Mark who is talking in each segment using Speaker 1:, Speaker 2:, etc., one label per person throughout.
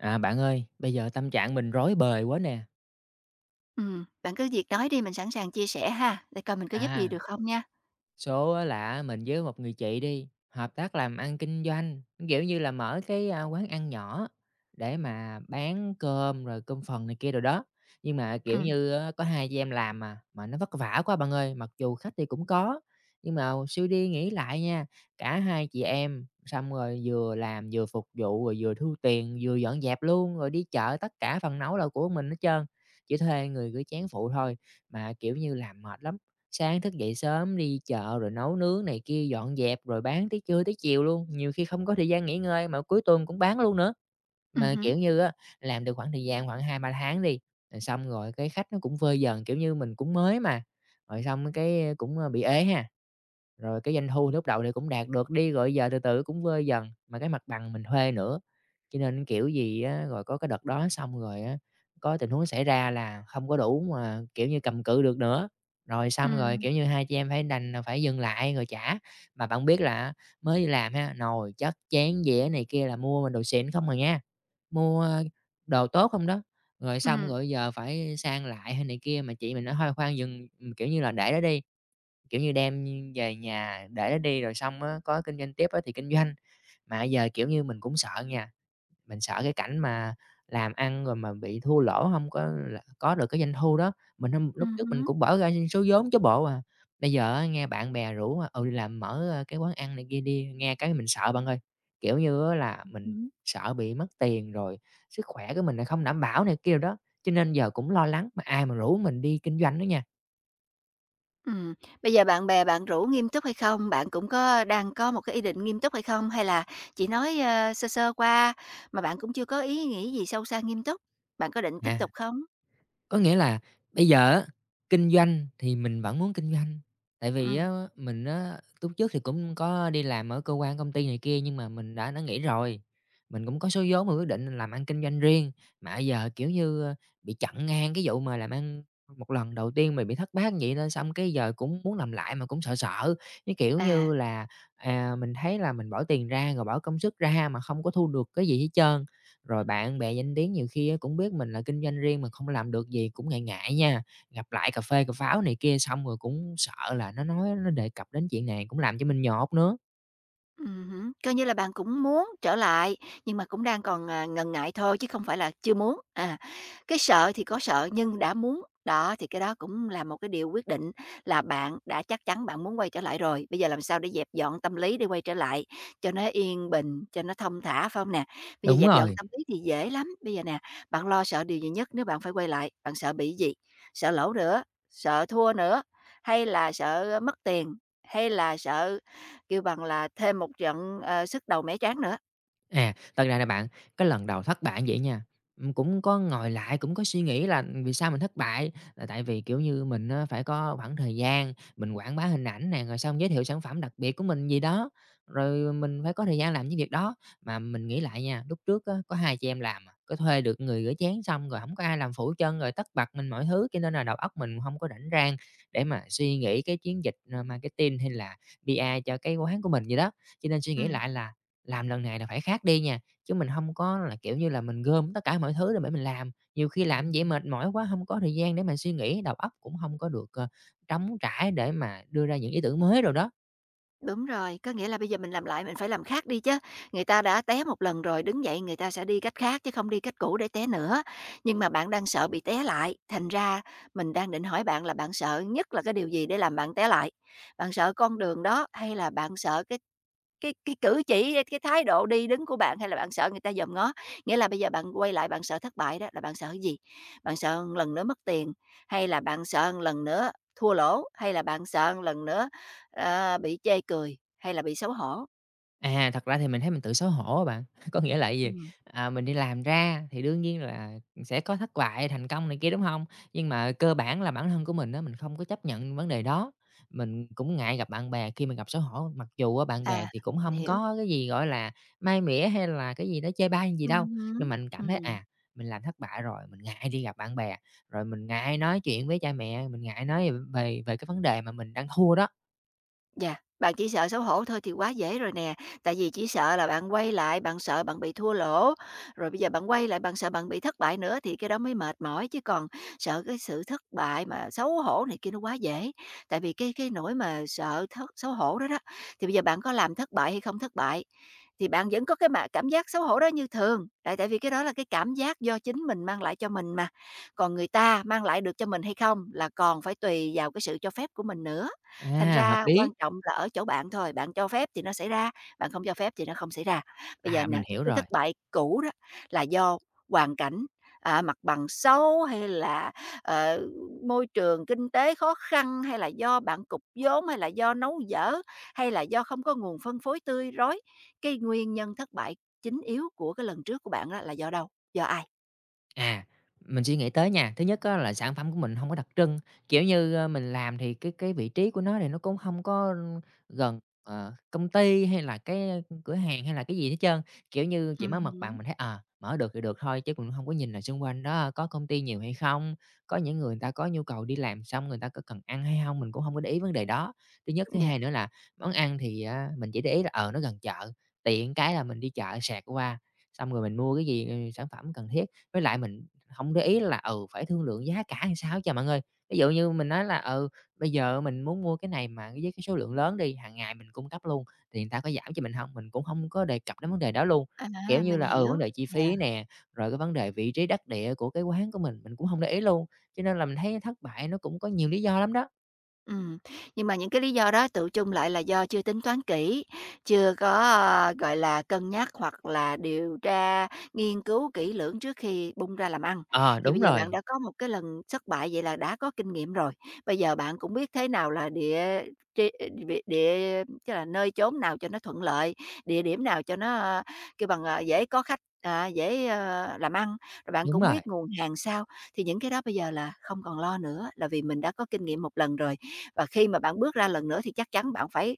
Speaker 1: À, bạn ơi, bây giờ tâm trạng mình rối bời quá nè.
Speaker 2: Bạn cứ việc nói đi, mình sẵn sàng chia sẻ ha, để coi mình có giúp gì
Speaker 1: À,
Speaker 2: được không nha.
Speaker 1: Số á là mình với một người chị đi, hợp tác làm ăn kinh doanh, kiểu như là mở cái, quán ăn nhỏ để mà bán cơm rồi cơm phần này kia rồi đó. Nhưng mà, kiểu
Speaker 2: Ừm,
Speaker 1: như á, có hai chị em làm mà nó vất vả quá bạn ơi, mặc dù khách thì cũng có, nhưng mà suy đi nghĩ lại nha, cả hai chị em xong rồi vừa làm vừa phục vụ, rồi vừa thu tiền, vừa dọn dẹp luôn, rồi đi chợ tất cả phần nấu là của mình hết trơn, chỉ thuê người gửi chén phụ thôi, mà, kiểu như, làm mệt lắm. Sáng thức dậy sớm đi chợ rồi nấu nướng này kia, dọn dẹp rồi bán tới trưa tới chiều luôn, nhiều khi không có thời gian nghỉ ngơi mà cuối tuần cũng bán luôn nữa. Mà,
Speaker 2: hứm,
Speaker 1: kiểu như á, làm được khoảng thời gian khoảng hai ba tháng đi, rồi xong rồi cái khách nó cũng vơi dần, kiểu như, mình cũng mới mà, rồi xong cái cũng, bị ế ha. Rồi cái doanh thu lúc đầu thì cũng đạt được đi, rồi giờ từ từ cũng vơi dần, mà cái mặt bằng mình thuê nữa, cho nên kiểu gì á, rồi có cái đợt đó xong rồi á, có tình huống xảy ra là không có đủ mà, kiểu như, cầm cự được nữa. Rồi xong rồi,
Speaker 2: ừm,
Speaker 1: kiểu như, hai chị em phải đành là phải dừng lại rồi trả. Mà bạn biết là mới đi làm ha, nồi chất chén dĩa này kia là mua đồ xịn không à nha, mua đồ tốt không đó. Rồi xong
Speaker 2: ừm,
Speaker 1: rồi giờ phải sang lại hay này kia, mà chị mình nói: "Thôi khoan dừng", kiểu như là, "để đó đi", kiểu như, đem về nhà để đó đi rồi xong á, có kinh doanh tiếp á thì kinh doanh. Mà giờ, kiểu như, mình cũng sợ nha, mình sợ cái cảnh mà làm ăn rồi mà bị thua lỗ, hông có là có được cái doanh thu đó. Mình hông lúc trước mình
Speaker 2: hứm.
Speaker 1: cũng bỏ ra số vốn chứ bộ à, bây giờ á nghe bạn bè rủ, à, "Ừ, đi làm mở, cái quán ăn này kia đi." Nghe cái mình sợ bạn ơi, kiểu như á là mình
Speaker 2: Ừm.
Speaker 1: sợ bị mất tiền rồi sức khỏe của mình lại không đảm bảo này kia đồ đó, cho nên giờ cũng lo lắng mà ai mà rủ mình đi kinh doanh đó nha.
Speaker 2: Ừm, Bây giờ bạn bè bạn rủ nghiêm túc hay không? Bạn cũng có đang có một cái ý định nghiêm túc hay không? Hay là chỉ nói, sơ sơ qua mà bạn cũng chưa có ý nghĩ gì sâu xa nghiêm túc? Bạn có định tiếp
Speaker 1: À.
Speaker 2: tục không?
Speaker 1: Có nghĩa là bây giờ á, kinh doanh thì mình vẫn muốn kinh doanh, tại vì
Speaker 2: Ừm,
Speaker 1: á mình á lúc trước thì cũng có đi làm ở cơ quan, công ty này kia nhưng mà mình đã nghỉ rồi, mình cũng có số vốn mình quyết định làm ăn kinh doanh riêng. Mà giờ, kiểu như, bị chặn ngang cái vụ mà làm ăn một lần đầu tiên mình bị thất bát vậy nên xong cái giờ cũng muốn làm lại mà cũng sợ sợ. Cái kiểu
Speaker 2: à.
Speaker 1: như là, à, mình thấy là mình bỏ tiền ra rồi bỏ công sức ra mà không có thu được cái gì hết trơn. Rồi bạn bè danh tiếng nhiều khi á, cũng biết mình là kinh doanh riêng mà không làm được gì cũng ngại ngại nha. Gặp lại cà phê cà pháo này kia xong rồi cũng sợ là nó nói nó đề cập đến chuyện này cũng làm cho mình nhột nữa.
Speaker 2: Ừm Coi như là bạn cũng muốn trở lại, nhưng mà cũng đang còn, à, ngần ngại thôi chứ không phải là chưa muốn. À, cái sợ thì có sợ nhưng đã muốn, đó, thì cái đó cũng là một cái điều quyết định là bạn đã chắc chắn bạn muốn quay trở lại rồi, bây giờ làm sao để dẹp dọn tâm lý để quay trở lại cho nó yên bình, cho nó thông thả, phải hông nè? Bây giờ
Speaker 1: Đúng
Speaker 2: dẹp dọn
Speaker 1: rồi.
Speaker 2: tâm lý thì dễ lắm, bây giờ nè, bạn lo sợ điều gì nhất nếu bạn phải quay lại? Bạn sợ bị gì? Sợ lỗ nữa, sợ thua nữa, hay là sợ mất tiền, hay là sợ. Kêu bằng là thêm một trận, sức đầu mẻ trán nữa.
Speaker 1: À, thật ra là bạn, cái lần đầu thất bại như vậy nha, cũng có ngồi lại, cũng có suy nghĩ là vì sao mình thất bại, là tại vì, kiểu như, mình á phải có khoảng thời gian, mình quảng bá hình ảnh nè, rồi xong giới thiệu sản phẩm đặc biệt của mình gì đó, rồi mình phải có thời gian làm những việc đó. Mà mình nghĩ lại nha, lúc trước á có hai chị em làm à, có thuê được người rửa chén xong rồi không có ai làm phụ hết trơn, rồi tất bật mình mọi thứ, cho nên là đầu óc mình không có rảnh rang để mà suy nghĩ cái chiến dịch, marketing hay là PR cho cái quán của mình gì đó. Cho nên suy nghĩ
Speaker 2: Ừm,
Speaker 1: lại là làm lần này là phải khác đi nha, chứ mình không có là, kiểu như là, mình gom tất cả mọi thứ lên để mà mình làm. Nhiều khi làm vậy mệt mỏi quá, không có thời gian để mà suy nghĩ, đầu óc cũng không có được, trống trải để mà đưa ra những ý tưởng mới đồ đó.
Speaker 2: đúng rồi, có nghĩa là bây giờ mình làm lại mình phải làm khác đi chứ, người ta đã té một lần rồi đứng dậy người ta sẽ đi cách khác chứ không đi cách cũ để té nữa. Nhưng mà bạn đang sợ bị té lại, thành ra mình đang định hỏi bạn là bạn sợ nhất là cái điều gì để làm bạn té lại? Bạn sợ con đường đó hay là bạn sợ. Cái cử chỉ, cái thái độ đi đứng của bạn hay là bạn sợ người ta dòm ngó? Nghĩa là bây giờ bạn quay lại bạn sợ thất bại đó, là bạn sợ cái gì? Bạn sợ một lần nữa mất tiền, hay là bạn sợ một lần nữa thua lỗ, hay là bạn sợ một lần nữa, bị chê cười, hay là bị xấu hổ?
Speaker 1: À, thật ra thì mình thấy mình tự xấu hổ á bạn. Có nghĩa là cái gì?
Speaker 2: Ừm,
Speaker 1: À, mình đi làm ra thì đương nhiên là sẽ có thất bại, thành công này kia, đúng không? Nhưng mà cơ bản là bản thân của mình đó mình không có chấp nhận vấn đề đó. Mình cũng ngại gặp bạn bè khi mà gặp xấu hổ, mặc dù á bạn bè
Speaker 2: à,
Speaker 1: thì cũng
Speaker 2: mình
Speaker 1: không
Speaker 2: hiểu.
Speaker 1: có cái gì, gọi là, mai mỉa hay là cái gì đó chê bai gì
Speaker 2: ừ
Speaker 1: đâu. Nhưng
Speaker 2: hứm,
Speaker 1: mình cảm thấy,
Speaker 2: ừm.
Speaker 1: à, mình làm thất bại rồi, mình ngại đi gặp bạn bè, rồi mình ngại nói chuyện với cha mẹ, mình ngại nói về về cái vấn đề mà mình đang thua đó.
Speaker 2: Dạ, bạn chỉ sợ xấu hổ thôi thì quá dễ rồi nè, tại vì chỉ sợ là bạn quay lại, bạn sợ bạn bị thua lỗ, rồi bây giờ bạn quay lại bạn sợ bạn bị thất bại nữa thì cái đó mới mệt mỏi chứ còn sợ cái sự thất bại mà xấu hổ này kia nó quá dễ. Tại vì cái nỗi mà sợ thất xấu hổ đó đó, thì bây giờ bạn có làm thất bại hay không thất bại thì bạn vẫn có cái mà cảm giác xấu hổ đó như thường. Tại tại vì cái đó là cái cảm giác do chính mình mang lại cho mình mà. Còn người ta mang lại được cho mình hay không là còn phải tùy vào cái sự cho phép của mình nữa. Thành
Speaker 1: À, hợp
Speaker 2: ra
Speaker 1: lý.
Speaker 2: quan trọng là ở chỗ bạn thôi, bạn cho phép thì nó xảy ra, bạn không cho phép thì nó không xảy ra. Bây giờ
Speaker 1: À, mình
Speaker 2: nè,
Speaker 1: hiểu
Speaker 2: cái
Speaker 1: rồi.
Speaker 2: thất bại cũ đó là do hoàn cảnh, à, mặt bằng xấu hay là, ờ, môi trường kinh tế khó khăn, hay là do bạn cục vốn, hay là do nấu dở, hay là do không có nguồn phân phối tươi rói. Cái nguyên nhân thất bại chính yếu của cái lần trước của bạn á là do đâu? Do ai?
Speaker 1: À, mình suy nghĩ tới nha. Thứ nhất á là sản phẩm của mình không có đặc trưng, kiểu như, mình làm thì cái vị trí của nó thì nó cũng không có gần, công ty hay là cái cửa hàng hay là cái gì hết trơn. Kiểu như, chỉ
Speaker 2: Ừm
Speaker 1: mới mặt bằng
Speaker 2: hứm,
Speaker 1: mình thấy, mở được thì được thôi chứ cũng không có nhìn là xung quanh đó ờ, có công ty nhiều hay không, có những người người ta có nhu cầu đi làm xong người ta có cần ăn hay không mình cũng không có để ý vấn đề đó. Thứ nhất, thứ
Speaker 2: yeah,
Speaker 1: hai nữa là món ăn thì á mình chỉ để ý là, nó gần chợ, tiện cái là mình đi chợ sạc qua, xong rồi mình mua cái gì, ừ, sản phẩm cần thiết với lại mình không để ý là, ừ, phải thương lượng giá cả làm sao cho trơn bạn ơi. Ví dụ như mình nói là, ừ, bây giờ mình muốn mua cái này mà với cái số lượng lớn đi, hàng ngày mình cung cấp luôn, thì người ta có giảm cho mình không? Mình cũng không có đề cập đến vấn đề đó luôn. Kiểu
Speaker 2: à,
Speaker 1: như
Speaker 2: mình
Speaker 1: là, ừ, vấn
Speaker 2: hiểu,
Speaker 1: đề chi
Speaker 2: yeah.
Speaker 1: phí nè, rồi cái vấn đề vị trí đắc địa của cái quán của mình cũng không để ý luôn, cho nên là mình thấy thất bại nó cũng có nhiều lý do lắm đó.
Speaker 2: Ừm, nhưng mà những cái lý do đó tựu chung lại là do chưa tính toán kỹ, chưa có, gọi là, cân nhắc hoặc là điều tra, nghiên cứu kỹ lưỡng trước khi bung ra làm ăn.
Speaker 1: Ờ,
Speaker 2: Thì bây giờ bạn đã có một cái lần thất bại vậy là đã có kinh nghiệm rồi, bây giờ bạn cũng biết thế nào là địa tri địa địa tức là nơi chốn nào cho nó thuận lợi, địa điểm nào cho nó, kêu bằng, dễ có khách, à, dễ, làm ăn, rồi bạn
Speaker 1: đúng
Speaker 2: cũng
Speaker 1: rồi,
Speaker 2: biết nguồn hàng sao thì những cái đó bây giờ là không còn lo nữa, là vì mình đã có kinh nghiệm một lần rồi. Và khi mà bạn bước ra lần nữa thì chắc chắn bạn phải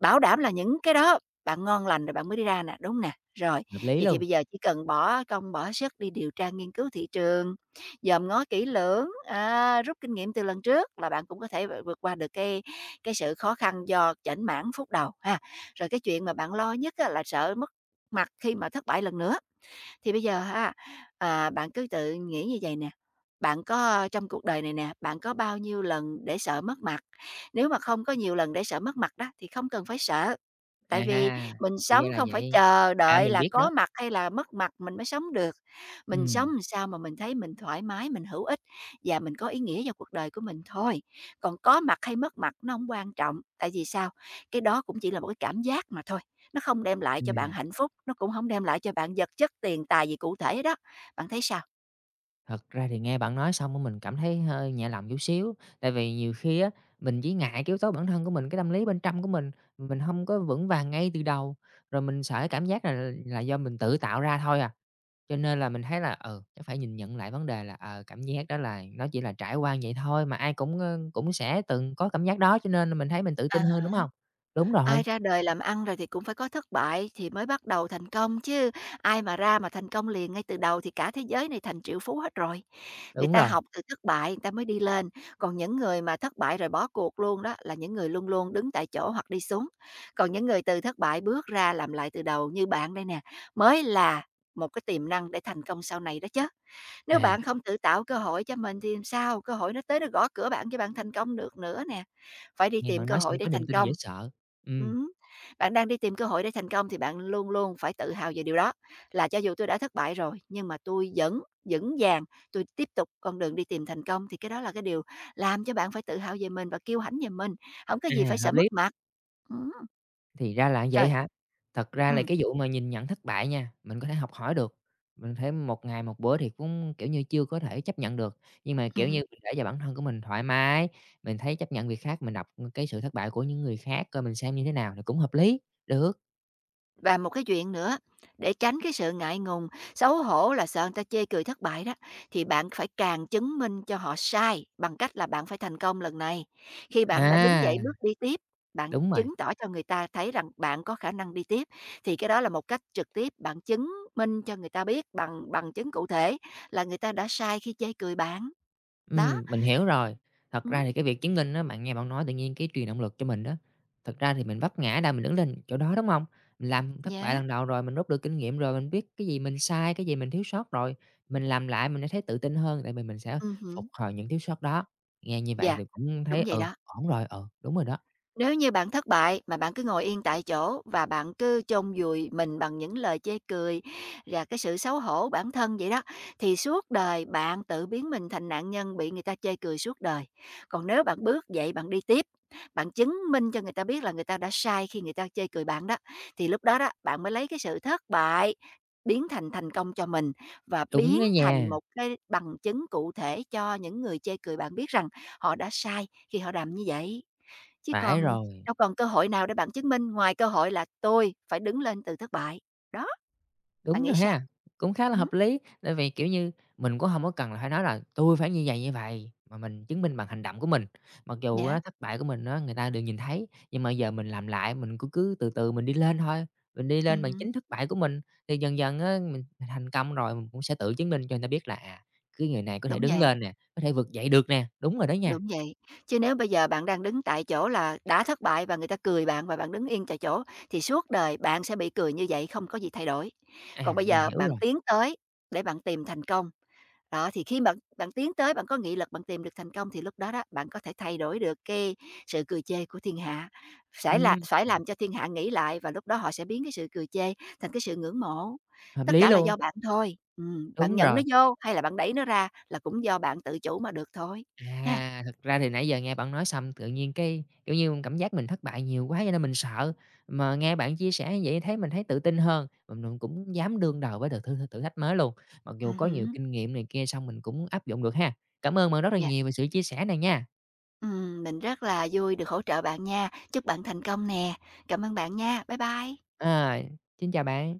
Speaker 2: bảo đảm là những cái đó bạn ngon lành rồi bạn mới đi ra nè, đúng nè? Rồi,
Speaker 1: hợp lý
Speaker 2: vậy thì
Speaker 1: luôn.
Speaker 2: bây giờ chỉ cần bỏ công bỏ sức đi điều tra nghiên cứu thị trường, dòm ngó kỹ lưỡng, à, rút kinh nghiệm từ lần trước là bạn cũng có thể vượt qua được cái sự khó khăn do chểnh mảng phút đầu ha. Rồi cái chuyện mà bạn lo nhất á là sợ mất mặt khi mà thất bại lần nữa, thì bây giờ ha, à, bạn cứ tự nghĩ như vậy nè, bạn có trong cuộc đời này nè, bạn có bao nhiêu lần để sợ mất mặt? Nếu mà không có nhiều lần để sợ mất mặt đó thì không cần phải sợ. Tại
Speaker 1: À
Speaker 2: vì
Speaker 1: ha,
Speaker 2: mình
Speaker 1: thì
Speaker 2: sống
Speaker 1: ra là
Speaker 2: không phải
Speaker 1: vậy.
Speaker 2: chờ
Speaker 1: À,
Speaker 2: đợi
Speaker 1: mình
Speaker 2: là
Speaker 1: biết đó.
Speaker 2: có mặt hay là mất mặt mình mới sống được.
Speaker 1: Ừ.
Speaker 2: Mình sống làm sao mà mình thấy mình thoải mái, mình hữu ích và mình có ý nghĩa vào cuộc đời của mình thôi. Còn có mặt hay mất mặt nó không quan trọng, tại vì sao? Cái đó cũng chỉ là một cái cảm giác mà thôi, nó không đem lại cho bạn
Speaker 1: À.
Speaker 2: hạnh phúc, nó cũng không đem lại cho bạn vật chất, tiền tài gì cụ thể đó. Bạn thấy sao?
Speaker 1: Thật ra thì nghe bạn nói xong á mình cảm thấy hơi nhẹ lòng chút xíu, tại vì nhiều khi á, mình chỉ ngại cái yếu tố bản thân của mình, cái tâm lý bên trong của mình không có vững vàng ngay từ đầu, rồi mình sợ cái cảm giác là do mình tự tạo ra thôi à. Cho nên là mình thấy là, ừ, chắc phải nhìn nhận lại vấn đề là, cảm giác đó là nó chỉ là trải qua vậy thôi mà ai cũng, cũng sẽ từng có cảm giác đó, cho nên là mình thấy mình tự tin hơn, đúng
Speaker 2: À.
Speaker 1: không? Đúng
Speaker 2: Ai
Speaker 1: rồi,
Speaker 2: ra đời làm ăn rồi thì cũng phải có thất bại thì mới bắt đầu thành công chứ, ai mà ra mà thành công liền ngay từ đầu thì cả thế giới này thành triệu phú hết rồi. Người
Speaker 1: đúng
Speaker 2: ta
Speaker 1: rồi.
Speaker 2: học từ thất bại người ta mới đi lên, còn những người mà thất bại rồi bỏ cuộc luôn đó là những người luôn luôn đứng tại chỗ hoặc đi xuống. Còn những người từ thất bại bước ra làm lại từ đầu như bạn đây nè, mới là một cái tiềm năng để thành công sau này đó chứ nếu
Speaker 1: À,
Speaker 2: bạn không tự tạo cơ hội cho mình thì làm sao? Cơ hội nó tới nó gõ cửa bạn cho bạn thành công được nữa nè. Phải đi
Speaker 1: nghe
Speaker 2: tìm
Speaker 1: bạn
Speaker 2: cơ
Speaker 1: nói
Speaker 2: hội
Speaker 1: xong
Speaker 2: để
Speaker 1: có niềm
Speaker 2: thành
Speaker 1: tin dễ
Speaker 2: công.
Speaker 1: sợ. Ừm,
Speaker 2: Ừm, bạn đang đi tìm cơ hội để thành công thì bạn luôn luôn phải tự hào về điều đó, là cho dù tôi đã thất bại rồi nhưng mà tôi vẫn vững vàng, tôi tiếp tục con đường đi tìm thành công, thì cái đó là cái điều làm cho bạn phải tự hào về mình và kiêu hãnh về mình, không có gì
Speaker 1: à,
Speaker 2: phải
Speaker 1: hợp
Speaker 2: sợ mất
Speaker 1: lý.
Speaker 2: mặt. Ừm,
Speaker 1: Thì ra là vậy
Speaker 2: rồi,
Speaker 1: hả? Thật ra là
Speaker 2: ừm,
Speaker 1: cái vụ mà nhìn nhận thất bại nha, mình có thể học hỏi được, mình thấy một ngày một bữa thì cũng, kiểu như, chưa có thể chấp nhận được, nhưng mà, kiểu như,
Speaker 2: ừm
Speaker 1: mình để cho bản thân của mình thoải mái, mình thấy chấp nhận việc khác, mình đọc cái sự thất bại của những người khác coi mình xem như thế nào thì cũng hợp lý, được.
Speaker 2: Và một cái chuyện nữa, để tránh cái sự ngại ngùng, xấu hổ là sợ người ta chê cười thất bại đó, thì bạn phải càng chứng minh cho họ sai bằng cách là bạn phải thành công lần này. Khi bạn đã đứng
Speaker 1: À,
Speaker 2: dậy bước đi tiếp, bạn
Speaker 1: đúng rồi.
Speaker 2: chứng tỏ cho người ta thấy rằng bạn có khả năng đi tiếp thì cái đó là một cách trực tiếp bạn chứng minh cho người ta biết bằng bằng chứng cụ thể là người ta đã sai khi chê cười bạn. Đó.
Speaker 1: Mình hiểu rồi. Thật
Speaker 2: Ừm,
Speaker 1: ra thì cái việc chứng minh đó bạn nghe bạn nói tự nhiên cái truyền động lực cho mình đó. Thật ra thì mình vấp ngã đâu, mình đứng lên chỗ đó, đúng không? Mình làm thất bại
Speaker 2: yeah.
Speaker 1: lần đầu rồi, mình rút được kinh nghiệm rồi, mình biết cái gì mình sai, cái gì mình thiếu sót rồi, mình làm lại mình sẽ thấy tự tin hơn, tại vì mình sẽ phục
Speaker 2: Hứm.
Speaker 1: hồi những thiếu sót đó. Nghe như vậy
Speaker 2: Dạ,
Speaker 1: thì cũng
Speaker 2: đúng
Speaker 1: thấy,
Speaker 2: vậy
Speaker 1: ừ,
Speaker 2: đó.
Speaker 1: ổn rồi, ừ, đúng rồi đó.
Speaker 2: Nếu như bạn thất bại mà bạn cứ ngồi yên tại chỗ và bạn cứ chôn vùi mình bằng những lời chê cười và cái sự xấu hổ bản thân vậy đó, thì suốt đời bạn tự biến mình thành nạn nhân bị người ta chê cười suốt đời. Còn nếu bạn bước dậy bạn đi tiếp, bạn chứng minh cho người ta biết là người ta đã sai khi người ta chê cười bạn đó, thì lúc đó đó bạn mới lấy cái sự thất bại biến thành thành công cho mình và
Speaker 1: Đúng
Speaker 2: biến
Speaker 1: đó
Speaker 2: thành
Speaker 1: nha,
Speaker 2: một cái bằng chứng cụ thể cho những người chê cười bạn biết rằng họ đã sai khi họ làm như vậy. Chứ
Speaker 1: phải
Speaker 2: còn
Speaker 1: rồi.
Speaker 2: đâu còn cơ hội nào để bạn chứng minh ngoài cơ hội là "Tôi phải đứng lên từ thất bại." Đó, bạn
Speaker 1: Đúng
Speaker 2: nghĩ
Speaker 1: rồi
Speaker 2: sao?
Speaker 1: ha, cũng khá là
Speaker 2: Ừm,
Speaker 1: hợp lý, tại vì, kiểu như, mình cũng không có cần là phải nói là tôi phải như vậy mà mình chứng minh bằng hành động của mình. Mặc dù
Speaker 2: dạ,
Speaker 1: á thất bại của mình á người ta đều nhìn thấy, nhưng mà giờ mình làm lại, mình cứ cứ từ từ mình đi lên thôi, mình đi lên bằng
Speaker 2: ừm
Speaker 1: chính thất bại của mình, thì dần dần á mình thành công rồi mình cũng sẽ tự chứng minh cho người ta biết là, à, cái người này có thể
Speaker 2: đúng
Speaker 1: đứng
Speaker 2: vậy,
Speaker 1: lên nè, có thể vực dậy được nè. Đúng rồi đó nha,
Speaker 2: đúng vậy. Chứ nếu bây giờ bạn đang đứng tại chỗ là đã thất bại và người ta cười bạn và bạn đứng yên tại chỗ thì suốt đời bạn sẽ bị cười như vậy, không có gì thay đổi. Còn
Speaker 1: à,
Speaker 2: bây
Speaker 1: mình
Speaker 2: giờ
Speaker 1: hiểu
Speaker 2: bạn
Speaker 1: rồi,
Speaker 2: tiến tới để bạn tìm thành công. Đó, thì khi bạn bạn tiến tới, bạn có nghị lực, bạn tìm được thành công thì lúc đó đó, bạn có thể thay đổi được cái sự cười chê của thiên hạ, phải là
Speaker 1: ừm,
Speaker 2: phải làm cho thiên hạ nghĩ lại và lúc đó họ sẽ biến cái sự cười chê thành cái sự ngưỡng mộ.
Speaker 1: hợp
Speaker 2: Tất
Speaker 1: lý
Speaker 2: cả là
Speaker 1: luôn,
Speaker 2: do bạn thôi, bạn
Speaker 1: đúng
Speaker 2: nhận nó
Speaker 1: rồi.
Speaker 2: vô hay là bạn đẩy nó ra là cũng do bạn tự chủ mà được thôi, ha.
Speaker 1: À, thực ra thì nãy giờ nghe bạn nói xong tự nhiên cái, kiểu như, cảm giác mình thất bại nhiều quá cho nên mình sợ, mà nghe bạn chia sẻ như vậy thấy mình thấy tự tin hơn, mình cũng dám đương đầu với đợt thử thử thách mới luôn, mặc dù
Speaker 2: Ừm
Speaker 1: có nhiều
Speaker 2: hứm,
Speaker 1: kinh nghiệm này kia xong mình cũng áp dụng được ha. Cảm ơn bạn rất là
Speaker 2: yeah,
Speaker 1: nhiều về sự chia sẻ này nha.
Speaker 2: mình rất là vui được hỗ trợ bạn nha. Chúc bạn thành công nè. Cảm ơn bạn nha. Bye bye.
Speaker 1: Ờ, xin chào bạn.